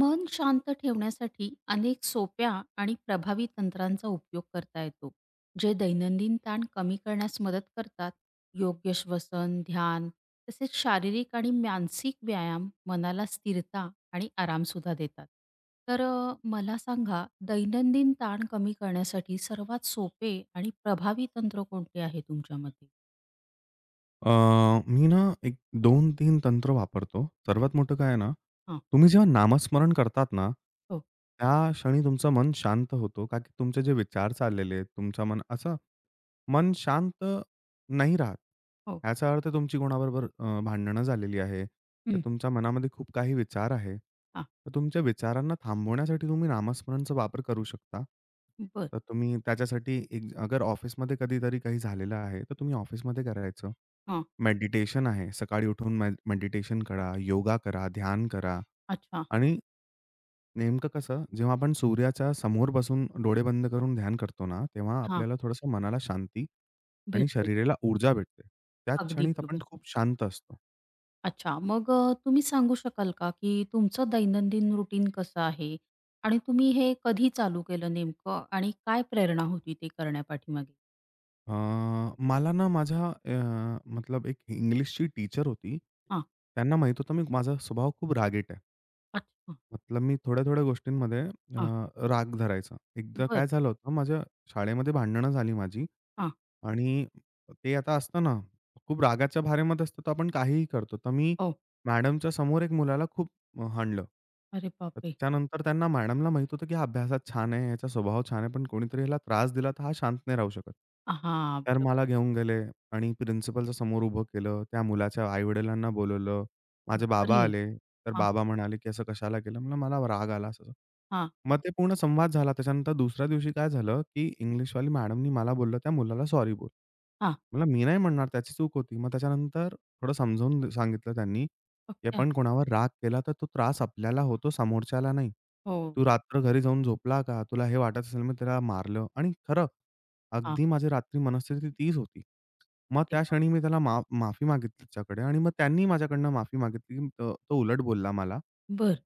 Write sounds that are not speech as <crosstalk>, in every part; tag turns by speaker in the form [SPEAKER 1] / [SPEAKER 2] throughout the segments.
[SPEAKER 1] मन शांत ठेवण्यासाठी अनेक सोप्या आणि प्रभावी तंत्रांचा उपयोग करता येतो, जे दैनंदिन ताण कमी करण्यास मदत करतात. योग्य श्वसन, ध्यान, तसेच शारीरिक आणि मानसिक व्यायाम मनाला स्थिरता आणि आरामसुद्धा देतात. मला सांगा, दैनंदिन ताण कमी करण्यासाठी सर्वात सोपे आणि प्रभावी तंत्र कोणते आहे तुमच्या मते?
[SPEAKER 2] अ, मी ना एक 2-3 तंत्र वापरतो. सर्वात मोठं काय आहे ना,
[SPEAKER 1] हां.
[SPEAKER 2] तुम्ही जेव्हा नामस्मरण करतात ना,
[SPEAKER 1] हो.
[SPEAKER 2] त्या क्षणी तुमचं मन शांत होतो. का की तुमचे जे विचार चाललेले आहेत, तुमचं मन शांत नाही राहत.
[SPEAKER 1] हो.
[SPEAKER 2] ह्याचा अर्थ तुमची कोणाबरोबर भांडणं झालेली आहे, तर तुमच्या मनामध्ये खूप काही विचार आहे.
[SPEAKER 1] हां.
[SPEAKER 2] तर तुमच्या विचारांना थांबवण्यासाठी तुम्ही नामस्मरणचा वापर करू शकता.
[SPEAKER 1] बरं.
[SPEAKER 2] तर तुम्ही त्याच्यासाठी एक अगर ऑफिसमध्ये कधीतरी काही झालेलं आहे, तर तुम्ही ऑफिसमध्ये करायचं.
[SPEAKER 1] हां.
[SPEAKER 2] मेडिटेशन आहे. सकाळी उठून मेडिटेशन करा, योगा करा, ध्यान करा
[SPEAKER 1] अच्छा.
[SPEAKER 2] आणि नेमकं कसं जेव्हा आपण सूर्याच्या समोर बसून डोळे बंद करून ध्यान करतो ना, तेव्हा
[SPEAKER 1] हां.
[SPEAKER 2] आपल्याला थोडंसं मनाला शांती आणि
[SPEAKER 1] भेटते.
[SPEAKER 2] शरीराला ऊर्जा भेटते. त्याच
[SPEAKER 1] अगदी
[SPEAKER 2] क्षणी आपण
[SPEAKER 1] बरोबर.
[SPEAKER 2] खूप शांत असतो.
[SPEAKER 1] अच्छा. तुम्ही सांगू शकाल का, की तुमचं दैनंदिन रुटीन कसं आहे? आणि तुम्ही हे कधी चालू केलं नेमकं, आणि काय प्रेरणा होती ते करण्यापाठीमागे?
[SPEAKER 2] अ, मला ना मतलब एक इंग्लिशची टीचर होती.
[SPEAKER 1] हां.
[SPEAKER 2] त्यांना माहीत होतं मी माझा स्वभाव खूप रागीट आहे.
[SPEAKER 1] अच्छा.
[SPEAKER 2] मतलब मी थोड्या-थोड्या गोष्टींमध्ये
[SPEAKER 1] हां.
[SPEAKER 2] राग धरायचा. एकदा
[SPEAKER 1] बरं.
[SPEAKER 2] काय झालं होतं, माझ्या शाळेमध्ये भांडणं झाली माझी
[SPEAKER 1] हां.
[SPEAKER 2] आणि ते आता असतं ना, खूप रागाच्या भारेमध्ये असतं, तर आपण काहीही करतो. तर मी
[SPEAKER 1] हो.
[SPEAKER 2] मॅडमच्या समोर एक मुलाला खूप मग हाणलं.
[SPEAKER 1] अरे
[SPEAKER 2] तर
[SPEAKER 1] बापरे!
[SPEAKER 2] त्यानंतर त्यांना मॅडमला माहीत होतं, की हा अभ्यासात छान आहे, ह्याचा स्वभाव छान आहे, पण कोणीतरी ह्याला त्रास दिला तर हा शांत नाही राहू शकत.
[SPEAKER 1] हां,
[SPEAKER 2] तर
[SPEAKER 1] बरोबर.
[SPEAKER 2] मला घेऊन गेले आणि प्रिन्सिपलच्या समोर उभं केलं. त्या मुलाच्या आई-वडिलांना बोलवलं.
[SPEAKER 1] हां.
[SPEAKER 2] माझे बाबा
[SPEAKER 1] अरे!
[SPEAKER 2] आले. तर
[SPEAKER 1] हां,
[SPEAKER 2] बाबा म्हणाले, की "असं कशाला केलं?" म्हणलं, "मला राग आला." असं
[SPEAKER 1] हां,
[SPEAKER 2] मग ते पूर्ण संवाद झाला. त्याच्यानंतर दुसऱ्या दिवशी काय झालं, की इंग्लिशवाली मॅडमनी मला बोललं, "त्या मुलाला सॉरी बोल."
[SPEAKER 1] हां.
[SPEAKER 2] म्हणलं, "मी नाही म्हणणार, त्याची चूक होती." मग त्याच्यानंतर थोडं समजावून सांगितलं त्यांनी. ते
[SPEAKER 1] अच्छा.
[SPEAKER 2] पण कोणावर राग केला तर तो त्रास आपल्याला होतो, समोरच्याला नाही.
[SPEAKER 1] हो.
[SPEAKER 2] तू रात्र घरी जाऊन झोपला का? तुला हे वाटत असेल मी त्याला मारलं आणि खरं,
[SPEAKER 1] हां.
[SPEAKER 2] अगदी माझी रात्री मनस्थिती तीच होती. मग
[SPEAKER 1] अरे
[SPEAKER 2] त्या
[SPEAKER 1] बाप!
[SPEAKER 2] क्षणी मी त्याला माफी मागितली त्याच्याकडे आणि मग त्यांनी माझ्याकडनं माफी मागितली. तो तो उलट बोलला मला.
[SPEAKER 1] बरं.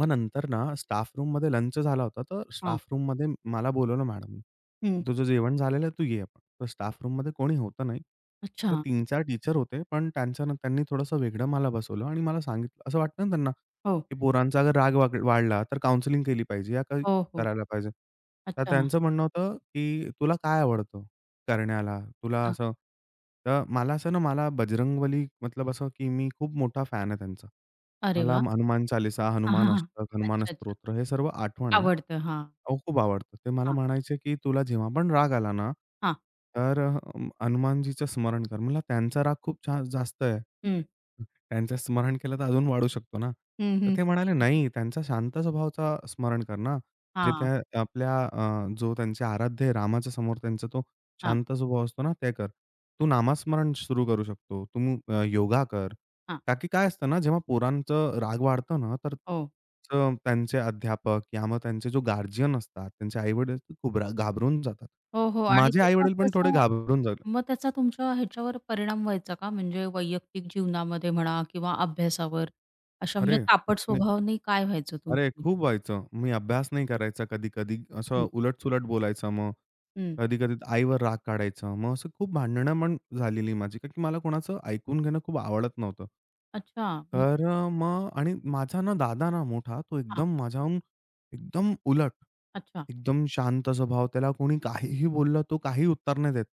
[SPEAKER 2] मग नंतर ना, स्टाफ रूममध्ये लंच झाला होता, तर
[SPEAKER 1] हां.
[SPEAKER 2] स्टाफ रूममध्ये मला बोलावलं मॅडमनी.
[SPEAKER 1] हं.
[SPEAKER 2] "तुझं जेवण झालेलं आहे, तू ये आपण." तर स्टाफ रूममध्ये कोणी होतं नाही.
[SPEAKER 1] अच्छा.
[SPEAKER 2] तर 3-4 टीचर होते, पण त्यांनी थोडंसं वेगळं मला बसवलं आणि मला सांगितलं असं वाटतं ना त्यांना,
[SPEAKER 1] हो.
[SPEAKER 2] की पोरांचा अगर राग वाढला, तर काउन्सिलिंग केली पाहिजे या काही
[SPEAKER 1] हो, हो.
[SPEAKER 2] करायला पाहिजे. तर
[SPEAKER 1] अच्छा.
[SPEAKER 2] त्यांचं म्हणणं होतं, की "तुला काय आवडतं करण्याला? तुला
[SPEAKER 1] हां.
[SPEAKER 2] असं". तर मला असं ना, मला बजरंगबली मतलब असं, की मी खूप मोठा फॅन आहे त्यांचा.
[SPEAKER 1] अरे
[SPEAKER 2] मला
[SPEAKER 1] वाह!
[SPEAKER 2] हनुमान चालीसा,
[SPEAKER 1] हां, हां,
[SPEAKER 2] हनुमान
[SPEAKER 1] हां.
[SPEAKER 2] अष्टक, हनुमान
[SPEAKER 1] अच्छा, अच्छा.
[SPEAKER 2] स्तोत्र हे सर्व आठवण आहे.
[SPEAKER 1] आवडतं. हां,
[SPEAKER 2] अहो, खूप आवडतं. ते मला
[SPEAKER 1] हां,
[SPEAKER 2] म्हणायचे, की "तुला जेव्हा पण राग आला ना,
[SPEAKER 1] हां.
[SPEAKER 2] तर हनुमानजीचं स्मरण कर." म्हणलं, "त्यांचा राग खूप छान जास्त आहे.
[SPEAKER 1] हं.
[SPEAKER 2] त्यांचं स्मरण केलं तर अजून वाढू शकतो ना."
[SPEAKER 1] हं,
[SPEAKER 2] तर
[SPEAKER 1] हं.
[SPEAKER 2] ते म्हणाले, "नाही, त्यांचा शांत स्वभावाचा स्मरण कर ना. जे
[SPEAKER 1] हां.
[SPEAKER 2] त्या जो त्यांचे आराध्य आहे रामाच्या समोर त्यांचा तो
[SPEAKER 1] हां,
[SPEAKER 2] शांत स्वभाव असतो ना, ते कर. तू
[SPEAKER 1] अच्छा.
[SPEAKER 2] नामस्मरण सुरू करू शकतो. तू योगा कर."
[SPEAKER 1] हां.
[SPEAKER 2] का की काय असतं ना, जेव्हा पोरांचं राग वाढतो ना, तर
[SPEAKER 1] हो.
[SPEAKER 2] अ, त्यांचे अध्यापक या मग त्यांचे जो गार्जियन असतात, त्यांचे आई-वडील खूप घाबरून जातात.
[SPEAKER 1] हो, हो. आणि
[SPEAKER 2] माझे
[SPEAKER 1] त्याचा
[SPEAKER 2] आई-वडील पण थोडे
[SPEAKER 1] कसं,
[SPEAKER 2] घाबरून जातात.
[SPEAKER 1] मग त्याचा तुमच्या ह्याच्यावर परिणाम व्हायचा का? म्हणजे वैयक्तिक जीवनामध्ये म्हणा किंवा अभ्यासावर, अशा
[SPEAKER 2] "अरे,
[SPEAKER 1] तापट स्वभावाने काय व्हायचं
[SPEAKER 2] अरे,
[SPEAKER 1] तुमचं?
[SPEAKER 2] खूप व्हायचं. मी अभ्यास नाही करायचा कधी-कधी.
[SPEAKER 1] हं,
[SPEAKER 2] असं उलट-सुलट बोलायचं मग.
[SPEAKER 1] हं.
[SPEAKER 2] कधी-कधी आईवर राग काढायचा. मग असं खूप भांडणं पण झालेली माझी, कारण की मला कोणाचं ऐकून घेणं खूप आवडत नव्हतं.
[SPEAKER 1] अच्छा. मग
[SPEAKER 2] तर मग आणि माझा ना दादा ना मोठा, तो
[SPEAKER 1] हां.
[SPEAKER 2] एकदम माझ्याहून एकदम उलट,
[SPEAKER 1] अच्छा.
[SPEAKER 2] एकदम शांत स्वभाव. त्याला कोणी काहीही बोललं, तो काही उत्तर नाही देत.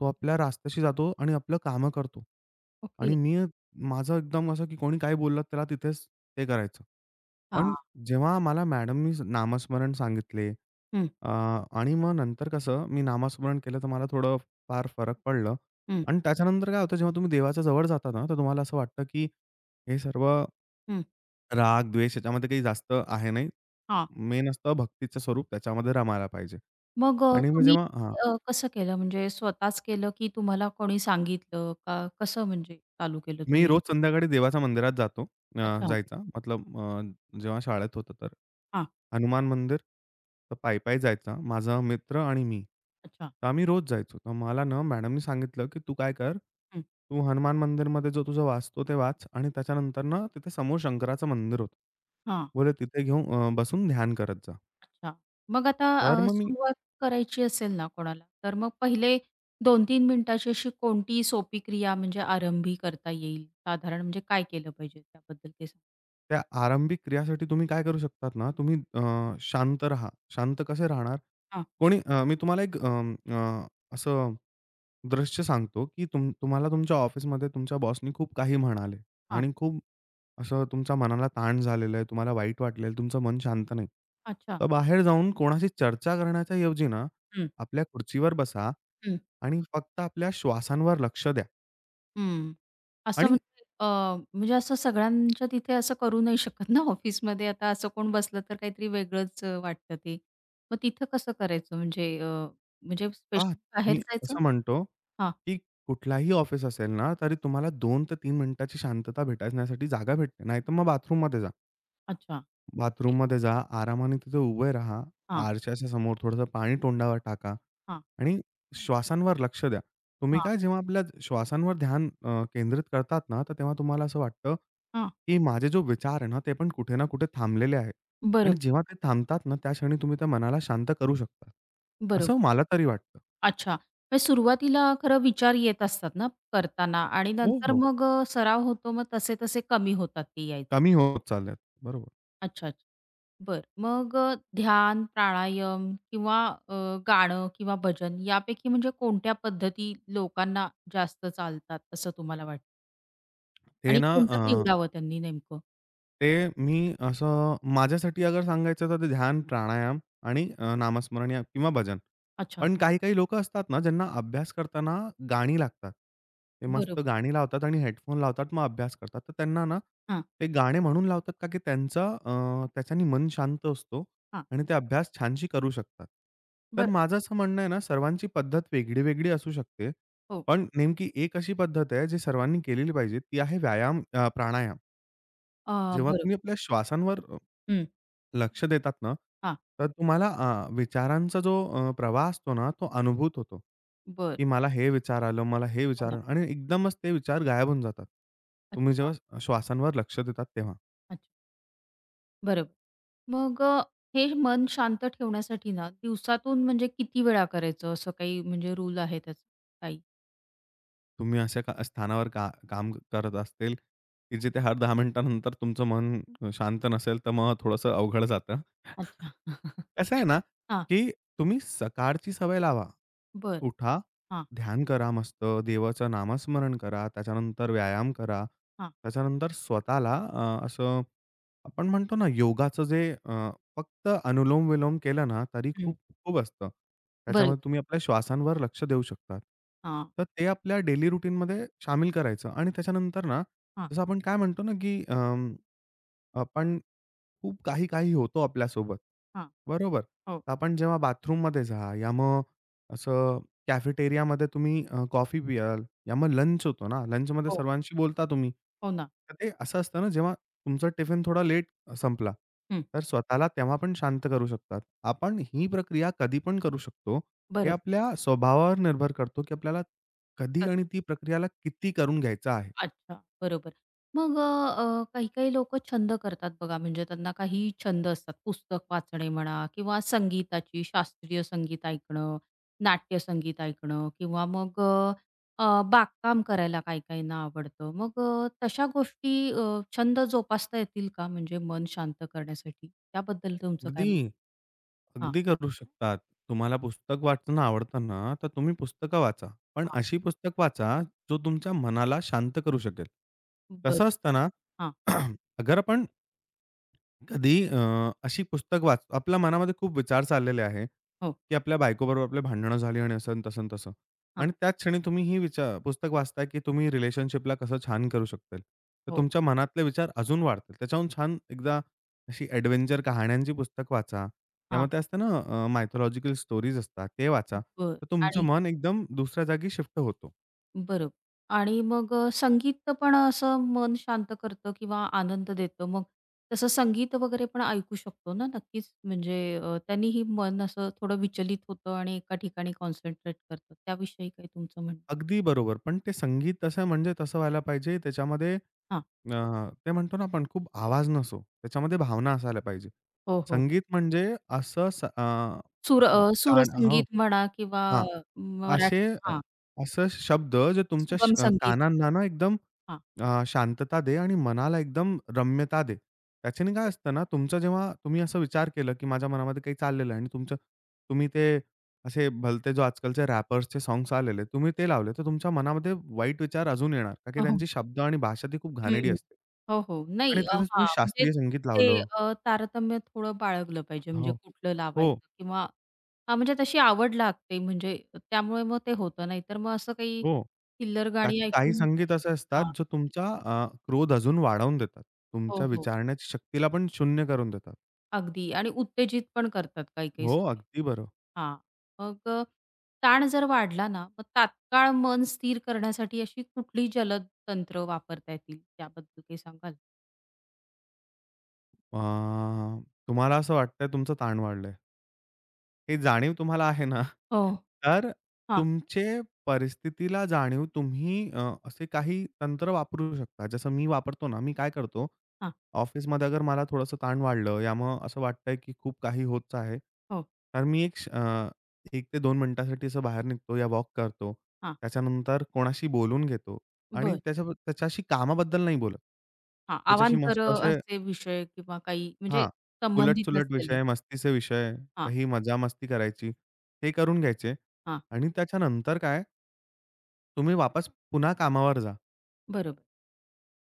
[SPEAKER 2] तो आपल्या रास्त्याशी जातो आणि आपलं कामं करतो. आणि
[SPEAKER 1] ओके.
[SPEAKER 2] मी माझं एकदम असं, की कोणी काही बोललं, त्याला तिथेच ते करायचं.
[SPEAKER 1] हां.
[SPEAKER 2] पण जेव्हा मला मॅडमनी नामस्मरण सांगितले
[SPEAKER 1] हं,
[SPEAKER 2] अ, आणि मग नंतर कसं मी नामस्मरण केलं तर मला थोडं फार फरक पडलं
[SPEAKER 1] हं,
[SPEAKER 2] आणि त्याच्यानंतर काय होतं जेव्हा तुम्ही देवाच्या जवळ जाता ना, तर तुम्हाला असं वाटतं, की हे सर्व
[SPEAKER 1] हं.
[SPEAKER 2] राग, द्वेष याच्यामध्ये काही जास्त आहे नाही.
[SPEAKER 1] हां.
[SPEAKER 2] मेन असतं भक्तीचं स्वरूप त्याच्यामध्ये रमायला पाहिजे. आणि मग
[SPEAKER 1] तुम्ही
[SPEAKER 2] जेव्हा हां.
[SPEAKER 1] कसं केलं? म्हणजे स्वतःच केलं, की तुम्हाला कोणी सांगितलं का? कसं म्हणजे चालू केलं
[SPEAKER 2] मी
[SPEAKER 1] तुम्ही हे?
[SPEAKER 2] रोज संध्याकाळी देवाच्या मंदिरात जातो अ,
[SPEAKER 1] अच्छा.
[SPEAKER 2] जायचा मतलब अ, जेव्हा शाळेत होतो तर.
[SPEAKER 1] हां.
[SPEAKER 2] हनुमान मंदिर, तर पायी-पायी जायचा माझा मित्र आणि मी.
[SPEAKER 1] अच्छा.
[SPEAKER 2] तर आम्ही रोज जायचो. तर मला ना मॅडमनी सांगितलं, की "तू काय कर,
[SPEAKER 1] हं.
[SPEAKER 2] तू हनुमान मंदिरमध्ये जो तुझा वाचतो ते वाच आणि त्याच्यानंतर ना तिथे समोर शंकराचं मंदिर होतं.
[SPEAKER 1] हां.
[SPEAKER 2] बोले तिथे बसून ध्यान करत जा."
[SPEAKER 1] अच्छा. मग आता
[SPEAKER 2] तर
[SPEAKER 1] अ,
[SPEAKER 2] मग मी
[SPEAKER 1] सुरुवात करायची असेल ना कोणाला, तर मग पहिले 2-3 मिनिटाची अशी कोणती सोपी क्रिया म्हणजे आरंभी करता येईल? साधारण म्हणजे काय केलं पाहिजे, त्याबद्दल ते सांगा?
[SPEAKER 2] त्या आरंभिक क्रियासाठी तुम्ही काय करू शकतात ना, शांत राहा. शांत कसे राहणार?
[SPEAKER 1] हां,
[SPEAKER 2] मी तुम्हाला अ, असं दृश्य सांगतो, की तुम्हाला तुमच्या ऑफिसमध्ये तुमच्या बॉसनी खूप काही म्हणाले
[SPEAKER 1] हां.
[SPEAKER 2] आणि खूप असं तुमच्या मनाला ताण झालेलं आहे, तुम्हाला वाईट वाटलेलं आहे, तुमचं मन शांत नाही.
[SPEAKER 1] अच्छा.
[SPEAKER 2] तर बाहेर जाऊन कोणाशी चर्चा करण्याच्या ऐवजी ना,
[SPEAKER 1] हं,
[SPEAKER 2] आपल्या खुर्चीवर बसा
[SPEAKER 1] हं,
[SPEAKER 2] आणि फक्त आपल्या श्वासांवर लक्ष द्या
[SPEAKER 1] हं. असं
[SPEAKER 2] आणि
[SPEAKER 1] म्हणजे अ, म्हणजे असं सगळ्यांच्या तिथे असं करू नाही शकत ना. ऑफिसमध्ये आता असं कोण बसलं तर काहीतरी वेगळंच वाटतं ते. मग तिथं कसं करायचं म्हणजे स्पेशल
[SPEAKER 2] हां,
[SPEAKER 1] बाहेर
[SPEAKER 2] मी
[SPEAKER 1] जायचं?
[SPEAKER 2] असं म्हणतो,
[SPEAKER 1] हां.
[SPEAKER 2] की कुठलाही ऑफिस असेल ना, तरी तुम्हाला दोन ते 3 मिनिटाची शांतता भेटण्यासाठी जागा भेटते. नाहीतर मग बाथरूममध्ये जा.
[SPEAKER 1] अच्छा. ओके.
[SPEAKER 2] बाथरूममध्ये जा, आरामाने तिथे उभे राहा.
[SPEAKER 1] हां,
[SPEAKER 2] आरशाच्या समोर थोडंसं पाणी तोंडावर टाका
[SPEAKER 1] हां,
[SPEAKER 2] आणि श्वासांवर लक्ष द्या. तुम्ही
[SPEAKER 1] हां,
[SPEAKER 2] काय जेव्हा आपल्या श्वासांवर केंद्रित करतात ना, तर तेव्हा तुम्हाला असं वाटतं, की माझे जो विचार आहे ना, ते पण कुठे ना कुठे थांबलेले आहेत. आणि
[SPEAKER 1] बरोबर,
[SPEAKER 2] जेव्हा ते थांबतात ना, त्या क्षणी तुम्ही त्या मनाला शांत करू शकता. असं
[SPEAKER 1] बरोबर.
[SPEAKER 2] मला तरी वाटतं.
[SPEAKER 1] अच्छा. मग सुरुवातीला खरं विचार येत असतात ना करताना, आणि
[SPEAKER 2] हो,
[SPEAKER 1] नंतर
[SPEAKER 2] हो.
[SPEAKER 1] मग सराव होतो, मग तसे-तसे कमी होतात ते यायचे.
[SPEAKER 2] कमी होत चालल्यात. बरोबर.
[SPEAKER 1] अच्छा, अच्छा. बरं. ध्यान, प्राणायाम किंवा अ, गाणं किंवा भजन यापैकी म्हणजे कोणत्या पद्धती लोकांना जास्त चालतात असं तुम्हाला वाटतं?
[SPEAKER 2] ते
[SPEAKER 1] आणि
[SPEAKER 2] ना अ,
[SPEAKER 1] कोणतं निवडावं त्यांनी नेमकं?
[SPEAKER 2] ते मी असं माझ्यासाठी अगर सांगायचं तर ते ध्यान, प्राणायाम आणि नामस्मरण या किंवा भजन.
[SPEAKER 1] अच्छा.
[SPEAKER 2] पण काही-काही लोकं असतात ना, ज्यांना अभ्यास करताना गाणी लागतात. ते मस्त
[SPEAKER 1] बरोबर.
[SPEAKER 2] गाणी लावतात आणि हेडफोन लावतात, मग अभ्यास करतात. तर त्यांना ना,
[SPEAKER 1] हां,
[SPEAKER 2] ते गाणे म्हणून लावतात का की त्याच्याने मन शांत असतो
[SPEAKER 1] हां.
[SPEAKER 2] आणि ते अभ्यास छानशी करू शकतात. तर
[SPEAKER 1] बरोबर.
[SPEAKER 2] माझं असं म्हणणं आहे ना, सर्वांची पद्धत वेगळी-वेगळी असू शकते.
[SPEAKER 1] हो.
[SPEAKER 2] पण नेमकी एक अशी पद्धत आहे, जी सर्वांनी केलेली पाहिजे. ती आहे प्राणायाम.
[SPEAKER 1] अ,
[SPEAKER 2] जेव्हा तुम्ही
[SPEAKER 1] बरोबर.
[SPEAKER 2] आपल्या
[SPEAKER 1] हं.
[SPEAKER 2] लक्ष देतात ना,
[SPEAKER 1] हां.
[SPEAKER 2] तर तुम्हाला विचारांचा प्रवाह असतो ना, तो अनुभूत होतो,
[SPEAKER 1] बरं.
[SPEAKER 2] की मला हे विचार आलं, मला हे
[SPEAKER 1] हो
[SPEAKER 2] विचार
[SPEAKER 1] ना.
[SPEAKER 2] आलं, आणि एकदमच ते विचार गायब होऊन जातात. तुम्ही
[SPEAKER 1] अच्छा,
[SPEAKER 2] जेव्हा श्वासांवर लक्ष देतात तेव्हा.
[SPEAKER 1] अच्छा. बरोबर. मग अ, हे मन शांत ठेवण्यासाठी ना, दिवसातून म्हणजे किती वेळा करायचं, असं काही म्हणजे रूल आहे त्याचं काही?
[SPEAKER 2] तुम्ही अशा का स्थानावर का काम करत असतील, की जिथे हर 10 मिनिटानंतर तुमचं मन शांत नसेल, तर मग थोडंसं अवघड जातं. <laughs>
[SPEAKER 1] अच्छा. <laughs>
[SPEAKER 2] कसं आहे ना,
[SPEAKER 1] हां.
[SPEAKER 2] की तुम्ही सकाळची सवय लावा.
[SPEAKER 1] बरं.
[SPEAKER 2] उठा,
[SPEAKER 1] हां,
[SPEAKER 2] ध्यान करा मस्त, देवाचं नामस्मरण करा, त्याच्यानंतर व्यायाम करा.
[SPEAKER 1] हां.
[SPEAKER 2] त्याच्यानंतर असं आपण म्हणतो ना योगाचं जे फक्त अनुलोम-विलोम केला ना, तरी
[SPEAKER 1] हं.
[SPEAKER 2] खूप खूप असतं.
[SPEAKER 1] बरोबर.
[SPEAKER 2] त्याच्यामध्ये तुम्ही आपल्या श्वासांवर लक्ष देऊ शकतात.
[SPEAKER 1] हां,
[SPEAKER 2] तर ते आपल्या डेली रुटीनमध्ये शामिल करायचं आणि त्याच्यानंतर ना,
[SPEAKER 1] हां,
[SPEAKER 2] जसं आपण काय म्हणतो ना, की अं, आपण खूप काही-काही होतो आपल्यासोबत.
[SPEAKER 1] हां.
[SPEAKER 2] बरोबर?
[SPEAKER 1] हो,
[SPEAKER 2] तर आपण जेव्हा बाथरूममध्ये जा या मग असं कॅफेटेरियामध्ये कॉफी पियाल या मग लंच होतो ना, लंचमध्ये
[SPEAKER 1] हो,
[SPEAKER 2] सर्वांशी बोलता तुम्ही.
[SPEAKER 1] हो ना.
[SPEAKER 2] तर ते असं असतं ना, जेव्हा तुमचा टिफिन थोडा लेट संपला,
[SPEAKER 1] हं.
[SPEAKER 2] तर स्वतःला तेव्हा पण शांत करू शकतात. आपण ही प्रक्रिया कधी पण करू शकतो. हे
[SPEAKER 1] बरोबर.
[SPEAKER 2] आपल्या स्वभावावर निर्भर करतो, की आपल्याला कधी आणि ती प्रक्रियाला किती करून घ्यायचं आहे.
[SPEAKER 1] अच्छा, बरोबर. मग अ, काही-काही लोकं छंद करतात बघा, म्हणजे त्यांना काही छंद असतात. पुस्तक वाचणे म्हणा, किंवा संगीताची, शास्त्रीय संगीत ऐकणं, नाट्य संगीत ऐकणं, किंवा मग अ, अ, बागकाम करायला काही-काहींना आवडतं. मग तशा गोष्टी, छंद जोपासता येतील का म्हणजे मन शांत करण्यासाठी? त्याबद्दल तुमचं काय
[SPEAKER 2] अगदी.
[SPEAKER 1] मत? हां,
[SPEAKER 2] अगदी करू शकतात. तुम्हाला पुस्तक वाचणं आवडतं ना, तर तुम्ही पुस्तकं वाचा. पण
[SPEAKER 1] हां.
[SPEAKER 2] अशी पुस्तक वाचा, जो तुमच्या मनाला शांत करू शकेल. कसं
[SPEAKER 1] बरं.
[SPEAKER 2] असतं ना,
[SPEAKER 1] हां.
[SPEAKER 2] <clears throat> अगर आपण कधी अ, अशी पुस्तक वाच आपल्या मनामध्ये खूप विचार चाललेले आहे,
[SPEAKER 1] हो.
[SPEAKER 2] की आपल्या बायकोबरोबर आपली भांडणं झाली आणि असं, न तसं, न तसं.
[SPEAKER 1] हां.
[SPEAKER 2] आणि त्याच क्षणी तुम्ही ही विचार पुस्तक वाचताय, की तुम्ही रिलेशनशिपला कसं छान करू शकतील. तर
[SPEAKER 1] हो.
[SPEAKER 2] तुमच्या मनातले विचार अजून वाढतील. त्याच्याहून छान एकदा अशी एडव्हेंचर कहाण्यांची पुस्तक वाचा किंवा
[SPEAKER 1] हां.
[SPEAKER 2] असतं ना अ, स्टोरीज असतात, ते वाचा.
[SPEAKER 1] बरं.
[SPEAKER 2] तर तुमचं
[SPEAKER 1] आणि
[SPEAKER 2] मन एकदम दुसऱ्या जागी शिफ्ट होतो.
[SPEAKER 1] बरोबर. आणि मग संगीत पण असं मन शांत करतं किंवा आनंद देतं. मग तसं संगीत वगैरे पण ऐकू शकतो ना नक्कीच. म्हणजे त्यांनीही मन असं थोडं विचलित होतं आणि एका ठिकाणी कॉन्सन्ट्रेट करतं. त्याविषयी काही तुमचं म्हणणं?
[SPEAKER 2] अगदी बरोबर. पण ते संगीत तसं म्हणजे तसं व्हायला पाहिजे त्याच्यामध्ये
[SPEAKER 1] हां.
[SPEAKER 2] अ, ते म्हणतो ना आपण खूप आवाज नसो. त्याच्यामध्ये भावना असायला पाहिजे.
[SPEAKER 1] हो, हो.
[SPEAKER 2] संगीत म्हणजे असं स अ, अ, गाणं हो.
[SPEAKER 1] सुरसंगीत म्हणा, किंवा
[SPEAKER 2] हां.
[SPEAKER 1] अ, मराठी,
[SPEAKER 2] असे अ,
[SPEAKER 1] हां,
[SPEAKER 2] असं शब्द जे तुमच्या
[SPEAKER 1] सुगम संगीत.
[SPEAKER 2] कानांना ना एकदम
[SPEAKER 1] हां.
[SPEAKER 2] अ, शांतता दे आणि मनाला एकदम रम्यता दे. त्याच्याने काय
[SPEAKER 1] बरोबर.
[SPEAKER 2] असतं ना, तुमचं जेव्हा तुम्ही असा विचार केलं, की माझ्या मनामध्ये काही चाललेलं आहे आणि तुमचं तुम्ही ते असे भलते जो आजकालचे रॅपर्सचे सॉन्ग्स आलेले, तुम्ही ते लावले, तर तुमच्या मनामध्ये वाईट विचार अजून येणार. का की
[SPEAKER 1] हो, हो.
[SPEAKER 2] त्यांची शब्द आणि भाषा ती खूप घाणेरडी असते.
[SPEAKER 1] हो, हो.
[SPEAKER 2] आणि तिथे तुम्ही
[SPEAKER 1] हां, म्हणजे
[SPEAKER 2] शास्त्रीय संगीत
[SPEAKER 1] ते
[SPEAKER 2] लावलं
[SPEAKER 1] अ, तारतम्य थोडं बाळगलं पाहिजे, म्हणजे
[SPEAKER 2] हो,
[SPEAKER 1] कुठलं
[SPEAKER 2] हो.
[SPEAKER 1] लावायचं किंवा. हां, म्हणजे तशी आवड लागते, म्हणजे त्यामुळे मग ते होतं. नाहीतर मग असं काही
[SPEAKER 2] हो.
[SPEAKER 1] थिल्लर
[SPEAKER 2] का
[SPEAKER 1] गाणी
[SPEAKER 2] की काही
[SPEAKER 1] ऐकून काही.
[SPEAKER 2] संगीत असे असतात,
[SPEAKER 1] हां.
[SPEAKER 2] जो तुमचा क्रोध अजून वाढवून देतात.
[SPEAKER 1] हो,
[SPEAKER 2] तुमच्या
[SPEAKER 1] हो.
[SPEAKER 2] विचारण्याची शक्तीला पण शून्य करून देतात.
[SPEAKER 1] अगदी, आणि उत्तेजित पण करतात काही-काही
[SPEAKER 2] हो,
[SPEAKER 1] संगीत.
[SPEAKER 2] अगदी बरं.
[SPEAKER 1] हां, मग अ, ताण जर वाढला ना, मग तात्काळ मन स्थिर करण्यासाठी अशी कुठली जलद तंत्र वापरता येतील, त्याबद्दल काही सांगाल?
[SPEAKER 2] अ, तुम्हाला असं वाटतंय तुमचं ताण वाढलंय. हे जाणीव तुम्हाला आहे ना,
[SPEAKER 1] हो.
[SPEAKER 2] तर
[SPEAKER 1] हां,
[SPEAKER 2] तुमचे परिस्थितीला जाणीव तुम्ही असे काही तंत्र वापरू शकता. जसं मी वापरतो ना, मी काय करतो,
[SPEAKER 1] हां.
[SPEAKER 2] ऑफिसमध्ये अगर मला थोडंसं ताण वाढलं या मग असं वाटतंय, की खूप काही होत आहे.
[SPEAKER 1] हो.
[SPEAKER 2] तर मी 1 ते 2 मिनिटासाठी असं बाहेर निघतो या वॉक करतो.
[SPEAKER 1] हां.
[SPEAKER 2] त्याच्यानंतर कोणाशी बोलून घेतो आणि
[SPEAKER 1] बरं.
[SPEAKER 2] त्याच्याशी कामाबद्दल नाही बोलत.
[SPEAKER 1] हां,
[SPEAKER 2] त्याच्याशी
[SPEAKER 1] अवांतर
[SPEAKER 2] मस्त असे
[SPEAKER 1] असे विषय, किंवा काही म्हणजे
[SPEAKER 2] हां.
[SPEAKER 1] संबंधित
[SPEAKER 2] उलट-सुलट
[SPEAKER 1] नसलेले.
[SPEAKER 2] विषय, मस्तीचे विषय,
[SPEAKER 1] हां,
[SPEAKER 2] काही मजा-मस्ती करायची, हे करून घ्यायचे
[SPEAKER 1] हां,
[SPEAKER 2] आणि त्याच्यानंतर काय तुम्ही वापस पुन्हा कामावर जा.
[SPEAKER 1] बरोबर.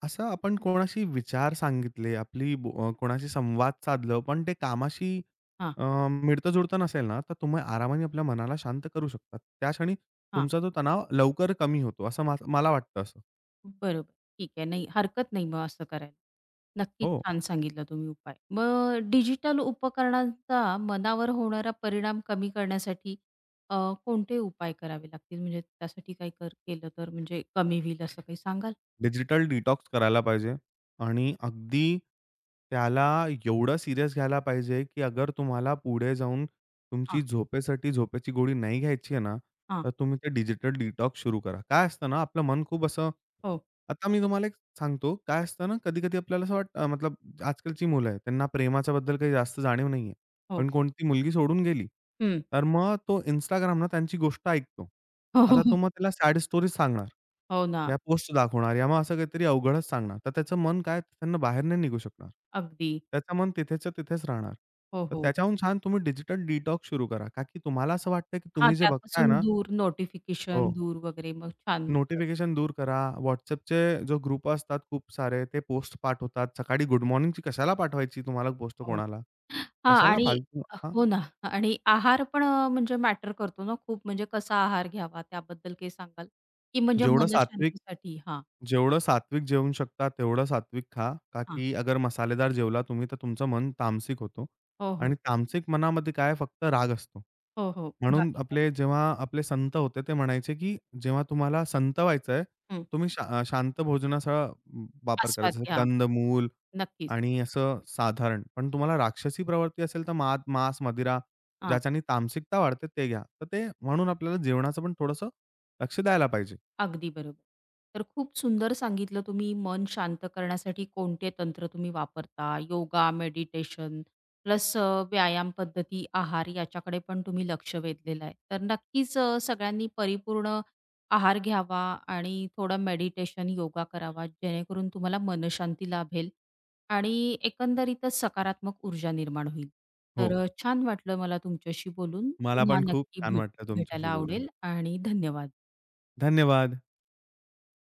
[SPEAKER 2] असं आपण कोणाशी विचार सांगितले, आपली कोणाशी संवाद साधलं, पण ते
[SPEAKER 1] हां,
[SPEAKER 2] अ, मिळतं-जुळतं नसेल ना, तर तुम्ही आरामाने आपल्या मनाला शांत करू शकता. त्या क्षणी
[SPEAKER 1] हां,
[SPEAKER 2] तुमचा तो तणाव लवकर कमी होतो, असं मला वाटतं असं.
[SPEAKER 1] बरोबर. ठीक आहे. नाही, हरकत नाही मग असं करायला. नक्कीच
[SPEAKER 2] हो.
[SPEAKER 1] छान सांगितलं तुम्ही उपाय. मग डिजिटल उपकरणांचा मनावर होणारा परिणाम कमी करण्यासाठी अ, कोणते उपाय करावे लागतील? म्हणजे त्यासाठी काही कर केलं तर म्हणजे कमी होईल, असं काही सांगाल?
[SPEAKER 2] डिजिटल डिटॉक्स करायला पाहिजे आणि अगदी त्याला एवढं सीरियस घ्यायला पाहिजे, की अगर तुम्हाला पुढे जाऊन
[SPEAKER 1] हां,
[SPEAKER 2] तुमची झोपेसाठी झोपेची गोळी नाही घ्यायची आहे ना,
[SPEAKER 1] हां.
[SPEAKER 2] तर तुम्ही ते डिजिटल डिटॉक्स सुरू करा. काय असतं ना, आपलं मन खूप असं
[SPEAKER 1] हो,
[SPEAKER 2] आता मी तुम्हाला एक सांगतो, काय असतं ना, कधी-कधी आपल्याला असं वाटतं मतलब आजकालची मुलं आहेत, त्यांना प्रेमाच्या बद्दल काही जास्त जाणीव नाहीये.
[SPEAKER 1] हो.
[SPEAKER 2] पण कोणती मुलगी सोडून गेली,
[SPEAKER 1] हं.
[SPEAKER 2] तर मग तो Instagram ना त्यांची गोष्ट ऐकतो.
[SPEAKER 1] <laughs> हो, हो,
[SPEAKER 2] आता तो
[SPEAKER 1] हो.
[SPEAKER 2] मग त्याला सॅड स्टोरीज सांगणार.
[SPEAKER 1] हो ना.
[SPEAKER 2] या पोस्ट दाखवणार या मग असं काहीतरी अवघडच सांगणार. तर त्याचं मन काय त्यांना बाहेर नाही निघू शकणार.
[SPEAKER 1] अगदी.
[SPEAKER 2] त्याचं मन तिथेच्या तिथेच राहणार.
[SPEAKER 1] हो,
[SPEAKER 2] तर
[SPEAKER 1] हो.
[SPEAKER 2] त्याच्याहून छान तुम्ही डिजिटल डिटॉक्स सुरू करा. का की तुम्हाला असं वाटतं की
[SPEAKER 1] हां,
[SPEAKER 2] तुम्ही जे बघताय
[SPEAKER 1] त्यापासून
[SPEAKER 2] ना
[SPEAKER 1] दूर,
[SPEAKER 2] हो.
[SPEAKER 1] नोटिफिकेशन दूर वगैरे मग छान. बरं.
[SPEAKER 2] नोटिफिकेशन दूर करा. WhatsAppचे जो ग्रुप असतात खूप सारे ते पोस्ट पाठवतात. सकाळी गुड मॉर्निंगची कशाला पाठवायची तुम्हाला पोस्ट
[SPEAKER 1] हो.
[SPEAKER 2] कोणाला?
[SPEAKER 1] हां,
[SPEAKER 2] कशाला
[SPEAKER 1] आणि
[SPEAKER 2] फालतू हां,
[SPEAKER 1] हो ना. आणि आहार पण म्हणजे मॅटर करतो ना खूप. म्हणजे कसा आहार घ्यावा, त्याबद्दल काही सांगाल? की म्हणजे
[SPEAKER 2] जेवढं सात्विक
[SPEAKER 1] मनशांतीसाठी हां,
[SPEAKER 2] जेवढं सात्विक जेवू शकता, तेवढं सात्विक खा, का
[SPEAKER 1] हां.
[SPEAKER 2] की अगर मसालेदार जेवला तुम्ही, तर तुमचं मन तामसिक होतो
[SPEAKER 1] हो, हो.
[SPEAKER 2] आणि तामसिक मनामध्ये काय फक्त राग असतो.
[SPEAKER 1] हो, हो.
[SPEAKER 2] म्हणून
[SPEAKER 1] बाकी काही.
[SPEAKER 2] आपले जेव्हा आपले संत होते, ते म्हणायचे, की जेव्हा तुम्हाला संत व्हायचं आहे,
[SPEAKER 1] हं.
[SPEAKER 2] तुम्ही शांत भोजनाचा वापर करा.
[SPEAKER 1] आस्वाद
[SPEAKER 2] जसं
[SPEAKER 1] घ्या.
[SPEAKER 2] कंदमूल
[SPEAKER 1] नक्कीच.
[SPEAKER 2] आणि असं साधारण. पण तुम्हाला राक्षसी प्रवृत्ती असेल, तर मांस, मदिरा
[SPEAKER 1] हां.
[SPEAKER 2] ज्याच्याने तामसिकता वाढते, ते घ्या. तर ते म्हणून आपल्याला जेवणाचं पण थोडंसं लक्ष द्यायला पाहिजे.
[SPEAKER 1] अगदी बरोबर. तर खूप सुंदर सांगितलं तुम्ही, मन शांत करण्यासाठी कोणते तंत्र तुम्ही वापरता. योगा, मेडिटेशन प्लस व्यायाम पद्धती, आहार, याच्याकडे पण तुम्ही लक्ष वेधलेलं आहे. तर नक्कीच सगळ्यांनी परिपूर्ण आहार घ्यावा, आणि थोडं मेडिटेशन, योगा करावा, जेणेकरून तुम्हाला मनःशांती लाभेल आणि एकंदरीतच सकारात्मक ऊर्जा निर्माण होईल.
[SPEAKER 2] हो.
[SPEAKER 1] छान वाटलं मला तुमच्याशी बोलून.
[SPEAKER 2] मला
[SPEAKER 1] पुन्हा
[SPEAKER 2] पण खूप
[SPEAKER 1] नक्की
[SPEAKER 2] छान वाटलं तुमच्याशी
[SPEAKER 1] भेटायला
[SPEAKER 2] बोलून.
[SPEAKER 1] आवडेल, आणि धन्यवाद.
[SPEAKER 2] धन्यवाद.